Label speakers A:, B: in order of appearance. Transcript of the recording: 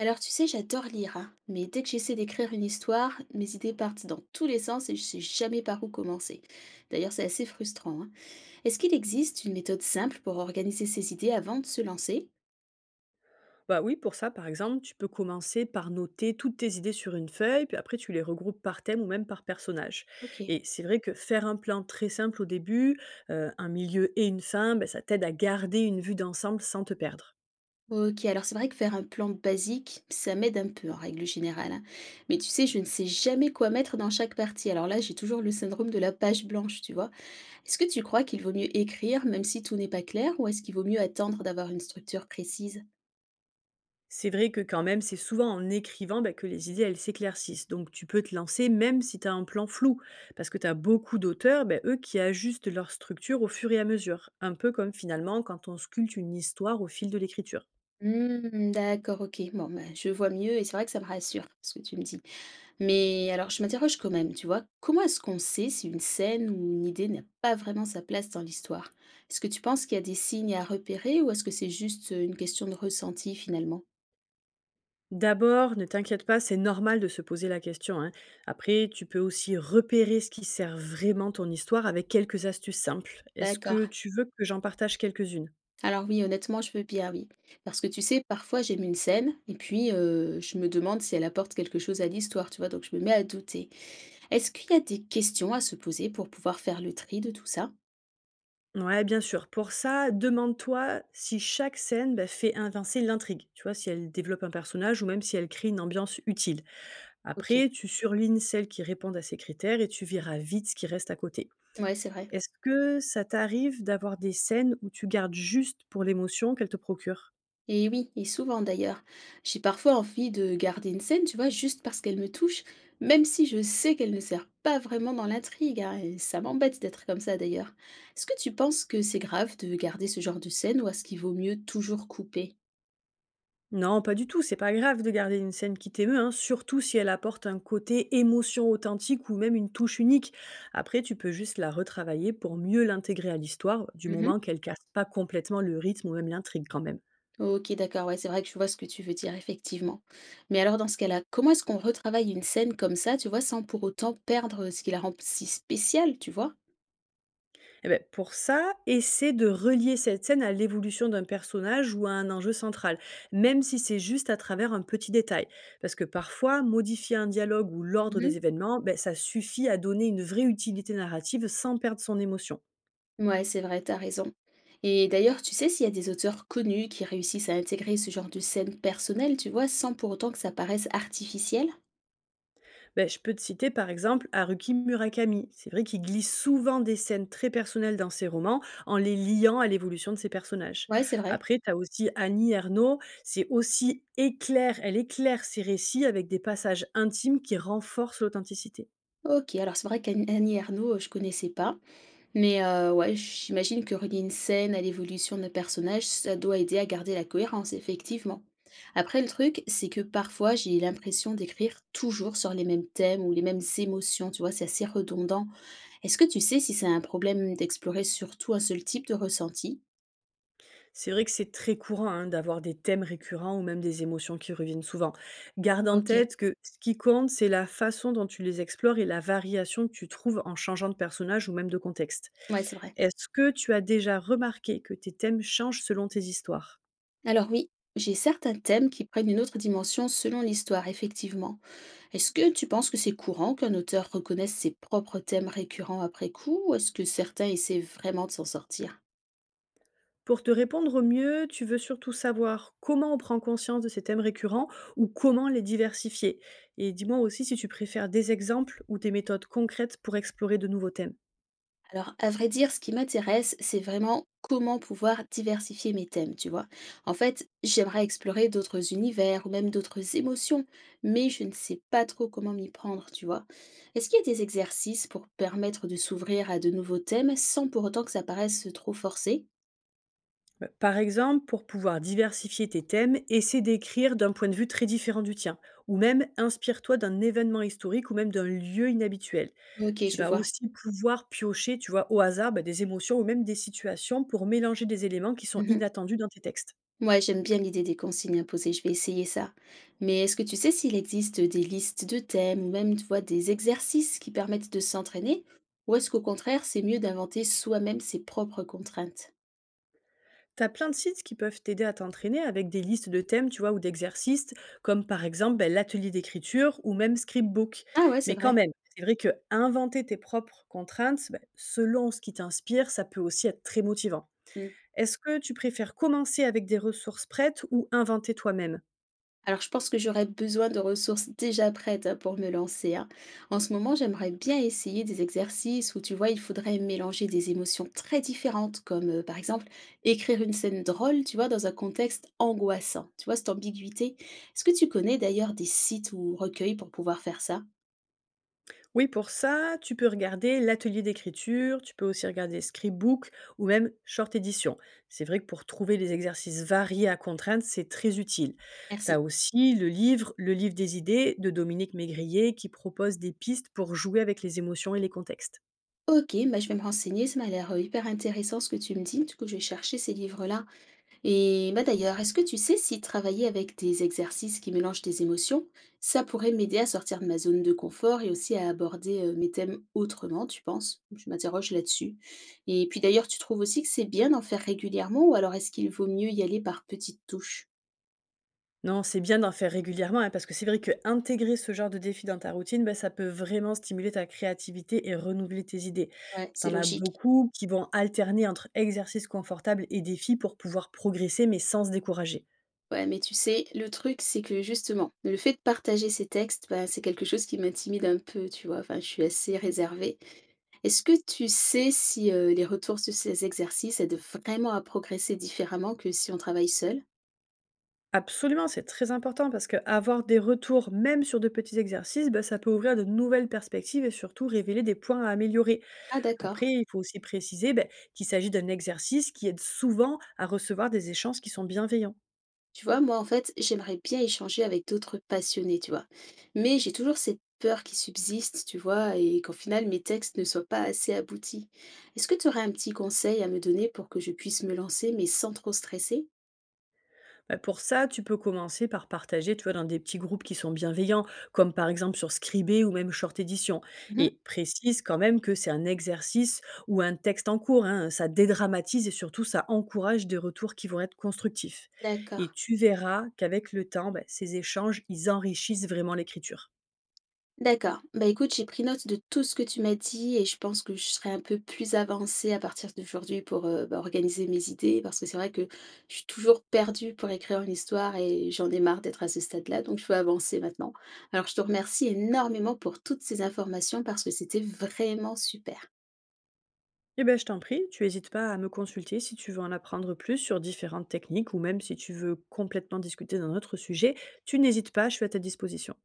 A: Alors tu sais, j'adore lire, hein, mais dès que j'essaie d'écrire une histoire, mes idées partent dans tous les sens et je sais jamais par où commencer. D'ailleurs, c'est assez frustrant, hein. Est-ce qu'il existe une méthode simple pour organiser ses idées avant de se lancer?
B: Bah oui, pour ça, par exemple, tu peux commencer par noter toutes tes idées sur une feuille, puis après tu les regroupes par thème ou même par personnage.
A: Ok.
B: Et c'est vrai que faire un plan très simple au début, un milieu et une fin, bah, ça t'aide à garder une vue d'ensemble sans te perdre.
A: Ok, alors c'est vrai que faire un plan basique, ça m'aide un peu en règle générale, hein. Mais tu sais, je ne sais jamais quoi mettre dans chaque partie. Alors là, j'ai toujours le syndrome de la page blanche, tu vois. Est-ce que tu crois qu'il vaut mieux écrire même si tout n'est pas clair, ou est-ce qu'il vaut mieux attendre d'avoir une structure précise?
B: C'est vrai que quand même, c'est souvent en écrivant bah, que les idées, elles s'éclaircissent. Donc tu peux te lancer même si tu as un plan flou, parce que tu as beaucoup d'auteurs, bah, eux, qui ajustent leur structure au fur et à mesure, un peu comme finalement quand on sculpte une histoire au fil de l'écriture.
A: Mmh, d'accord, OK. Bon, ben, je vois mieux et c'est vrai que ça me rassure, ce que tu me dis. Mais alors, je m'interroge quand même, tu vois, comment est-ce qu'on sait si une scène ou une idée n'a pas vraiment sa place dans l'histoire? Est-ce que tu penses qu'il y a des signes à repérer ou est-ce que c'est juste une question de ressenti finalement?
B: D'abord, ne t'inquiète pas, c'est normal de se poser la question, hein. Après, tu peux aussi repérer ce qui sert vraiment ton histoire avec quelques astuces simples. Est-ce que
A: D'accord.
B: tu veux que j'en partage quelques-unes?
A: Alors oui, honnêtement, je veux bien, oui. Parce que tu sais, parfois j'aime une scène et puis je me demande si elle apporte quelque chose à l'histoire, tu vois, donc je me mets à douter. Est-ce qu'il y a des questions à se poser pour pouvoir faire le tri de tout ça?
B: Ouais, bien sûr. Pour ça, demande-toi si chaque scène bah, fait avancer l'intrigue. Tu vois, si elle développe un personnage ou même si elle crée une ambiance utile.
A: Ok,
B: Après, tu surlignes celles qui répondent à ces critères et tu verras vite ce qui reste à côté.
A: ouais, c'est vrai.
B: Est-ce que ça t'arrive d'avoir des scènes où tu gardes juste pour l'émotion qu'elles te procurent?
A: Et oui, et souvent d'ailleurs. J'ai parfois envie de garder une scène, tu vois, juste parce qu'elle me touche, même si je sais qu'elle ne sert pas vraiment dans l'intrigue, hein, et ça m'embête d'être comme ça d'ailleurs. Est-ce que tu penses que c'est grave de garder ce genre de scène ou est-ce qu'il vaut mieux toujours couper?
B: Non, pas du tout, c'est pas grave de garder une scène qui t'émeut, hein, surtout si elle apporte un côté émotion authentique ou même une touche unique. Après, tu peux juste la retravailler pour mieux l'intégrer à l'histoire, du
A: Mhm.
B: moment qu'elle casse pas complètement le rythme ou même l'intrigue quand même.
A: Ok, d'accord, ouais, c'est vrai que je vois ce que tu veux dire, effectivement. Mais alors dans ce cas-là, comment est-ce qu'on retravaille une scène comme ça, tu vois, sans pour autant perdre ce qui la rend si spéciale, tu vois?
B: Eh ben, pour ça, essaie de relier cette scène à l'évolution d'un personnage ou à un enjeu central, même si c'est juste à travers un petit détail. Parce que parfois, modifier un dialogue ou l'ordre des événements, ben, ça suffit à donner une vraie utilité narrative sans perdre son émotion.
A: Ouais c'est vrai, t'as raison. Et d'ailleurs, tu sais s'il y a des auteurs connus qui réussissent à intégrer ce genre de scène personnelle, tu vois, sans pour autant que ça paraisse artificiel?
B: Ben je peux te citer par exemple Haruki Murakami. C'est vrai qu'il glisse souvent des scènes très personnelles dans ses romans en les liant à l'évolution de ses personnages.
A: Ouais, c'est vrai.
B: Après, tu as aussi Annie Ernaux. C'est aussi éclair, elle éclaire ses récits avec des passages intimes qui renforcent l'authenticité.
A: OK, alors c'est vrai qu'Annie Ernaux, je connaissais pas, mais ouais, j'imagine que relier une scène à l'évolution d'un personnage, ça doit aider à garder la cohérence, effectivement. Après, le truc, c'est que parfois, j'ai l'impression d'écrire toujours sur les mêmes thèmes ou les mêmes émotions, tu vois? C'est assez redondant. Est-ce que tu sais si c'est un problème d'explorer surtout un seul type de ressenti?
B: C'est vrai que c'est très courant hein, d'avoir des thèmes récurrents ou même des émotions qui reviennent souvent. Garde en
A: OK,
B: tête que ce qui compte, c'est la façon dont tu les explores et la variation que tu trouves en changeant de personnage ou même de contexte.
A: ouais, c'est vrai.
B: Est-ce que tu as déjà remarqué que tes thèmes changent selon tes histoires?
A: Alors oui, j'ai certains thèmes qui prennent une autre dimension selon l'histoire, effectivement. Est-ce que tu penses que c'est courant qu'un auteur reconnaisse ses propres thèmes récurrents après coup, ou est-ce que certains essaient vraiment de s'en sortir?
B: Pour te répondre au mieux, tu veux surtout savoir comment on prend conscience de ces thèmes récurrents ou comment les diversifier. Et dis-moi aussi si tu préfères des exemples ou des méthodes concrètes pour explorer de nouveaux thèmes.
A: Alors, à vrai dire, ce qui m'intéresse, c'est vraiment comment pouvoir diversifier mes thèmes, tu vois. En fait, j'aimerais explorer d'autres univers ou même d'autres émotions, mais je ne sais pas trop comment m'y prendre, tu vois. Est-ce qu'il y a des exercices pour permettre de s'ouvrir à de nouveaux thèmes sans pour autant que ça paraisse trop forcé?
B: Bah, par exemple, pour pouvoir diversifier tes thèmes, essaie d'écrire d'un point de vue très différent du tien, ou même inspire-toi d'un événement historique ou même d'un lieu inhabituel.
A: Ok,
B: Tu
A: je
B: vas
A: vois.
B: aussi pouvoir piocher, tu vois, au hasard, bah, des émotions ou même des situations pour mélanger des éléments qui sont inattendus dans tes textes.
A: Moi, j'aime bien l'idée des consignes imposées, je vais essayer ça. Mais est-ce que tu sais s'il existe des listes de thèmes ou même, tu vois, des exercices qui permettent de s'entraîner? Ou est-ce qu'au contraire, c'est mieux d'inventer soi-même ses propres contraintes?
B: T'as plein de sites qui peuvent t'aider à t'entraîner avec des listes de thèmes, tu vois, ou d'exercices, comme par exemple ben, l'atelier d'écriture ou même Scriptbook.
A: Ah ouais, c'est
B: Mais quand
A: vrai.
B: même, c'est vrai que inventer tes propres contraintes, ben, selon ce qui t'inspire, ça peut aussi être très motivant. Est-ce que tu préfères commencer avec des ressources prêtes ou inventer toi-même?
A: Alors, je pense que j'aurais besoin de ressources déjà prêtes hein, pour me lancer, hein. En ce moment, j'aimerais bien essayer des exercices où, tu vois, il faudrait mélanger des émotions très différentes, comme par exemple écrire une scène drôle, tu vois, dans un contexte angoissant. Tu vois, cette ambiguïté. Est-ce que tu connais d'ailleurs des sites ou recueils pour pouvoir faire ça?
B: Oui, pour ça, tu peux regarder l'atelier d'écriture, tu peux aussi regarder Scribook ou même Short Edition. C'est vrai que pour trouver des exercices variés à contrainte, c'est très utile. Tu as
A: Merci.
B: aussi le livre Le livre des idées de Dominique Maigrier qui propose des pistes pour jouer avec les émotions et les contextes.
A: Ok, bah, je vais me renseigner, ça m'a l'air hyper intéressant ce que tu me dis. Du coup, je vais chercher ces livres-là. Et bah d'ailleurs, est-ce que tu sais si travailler avec des exercices qui mélangent tes émotions, ça pourrait m'aider à sortir de ma zone de confort et aussi à aborder mes thèmes autrement, tu penses? Je m'interroge là-dessus. Et puis d'ailleurs, tu trouves aussi que c'est bien d'en faire régulièrement ou alors est-ce qu'il vaut mieux y aller par petites touches?
B: Non, c'est bien d'en faire régulièrement, hein, parce que c'est vrai que intégrer ce genre de défi dans ta routine, ben, ça peut vraiment stimuler ta créativité et renouveler tes idées.
A: Ouais, c'est
B: T'en as
A: logique.
B: beaucoup qui vont alterner entre exercices confortables et défis pour pouvoir progresser, mais sans se décourager.
A: Ouais, mais tu sais, le truc, c'est que justement, le fait de partager ces textes, bah, c'est quelque chose qui m'intimide un peu, tu vois. Enfin, je suis assez réservée. Est-ce que tu sais si les retours sur ces exercices aident vraiment à progresser différemment que si on travaille seul?
B: Absolument, c'est très important parce que avoir des retours, même sur de petits exercices, ben, ça peut ouvrir de nouvelles perspectives et surtout révéler des points à améliorer.
A: Ah,
B: Après,
A: d'accord.
B: il faut aussi préciser bah, qu'il s'agit d'un exercice qui aide souvent à recevoir des échanges qui sont bienveillants.
A: Tu vois, moi, en fait, j'aimerais bien échanger avec d'autres passionnés, tu vois. Mais j'ai toujours cette peur qui subsiste, tu vois, et qu'au final, mes textes ne soient pas assez aboutis. Est-ce que tu aurais un petit conseil à me donner pour que je puisse me lancer, mais sans trop stresser?
B: Bah, pour ça, tu peux commencer par partager, tu vois, dans des petits groupes qui sont bienveillants, comme par exemple sur Scribé ou même Short Edition.
A: Mhm.
B: Et précise quand même que c'est un exercice ou un texte en cours, hein. Ça dédramatise et surtout, ça encourage des retours qui vont être constructifs.
A: D'accord.
B: Et tu verras qu'avec le temps, bah, ces échanges, ils enrichissent vraiment l'écriture.
A: D'accord. Bah, écoute, j'ai pris note de tout ce que tu m'as dit et je pense que je serai un peu plus avancée à partir d'aujourd'hui pour bah, organiser mes idées parce que c'est vrai que je suis toujours perdue pour écrire une histoire et j'en ai marre d'être à ce stade-là, donc je veux avancer maintenant. Alors, je te remercie énormément pour toutes ces informations parce que c'était vraiment super.
B: Eh ben, je t'en prie, tu n'hésites pas à me consulter si tu veux en apprendre plus sur différentes techniques ou même si tu veux complètement discuter d'un autre sujet, tu n'hésites pas, je suis à ta disposition.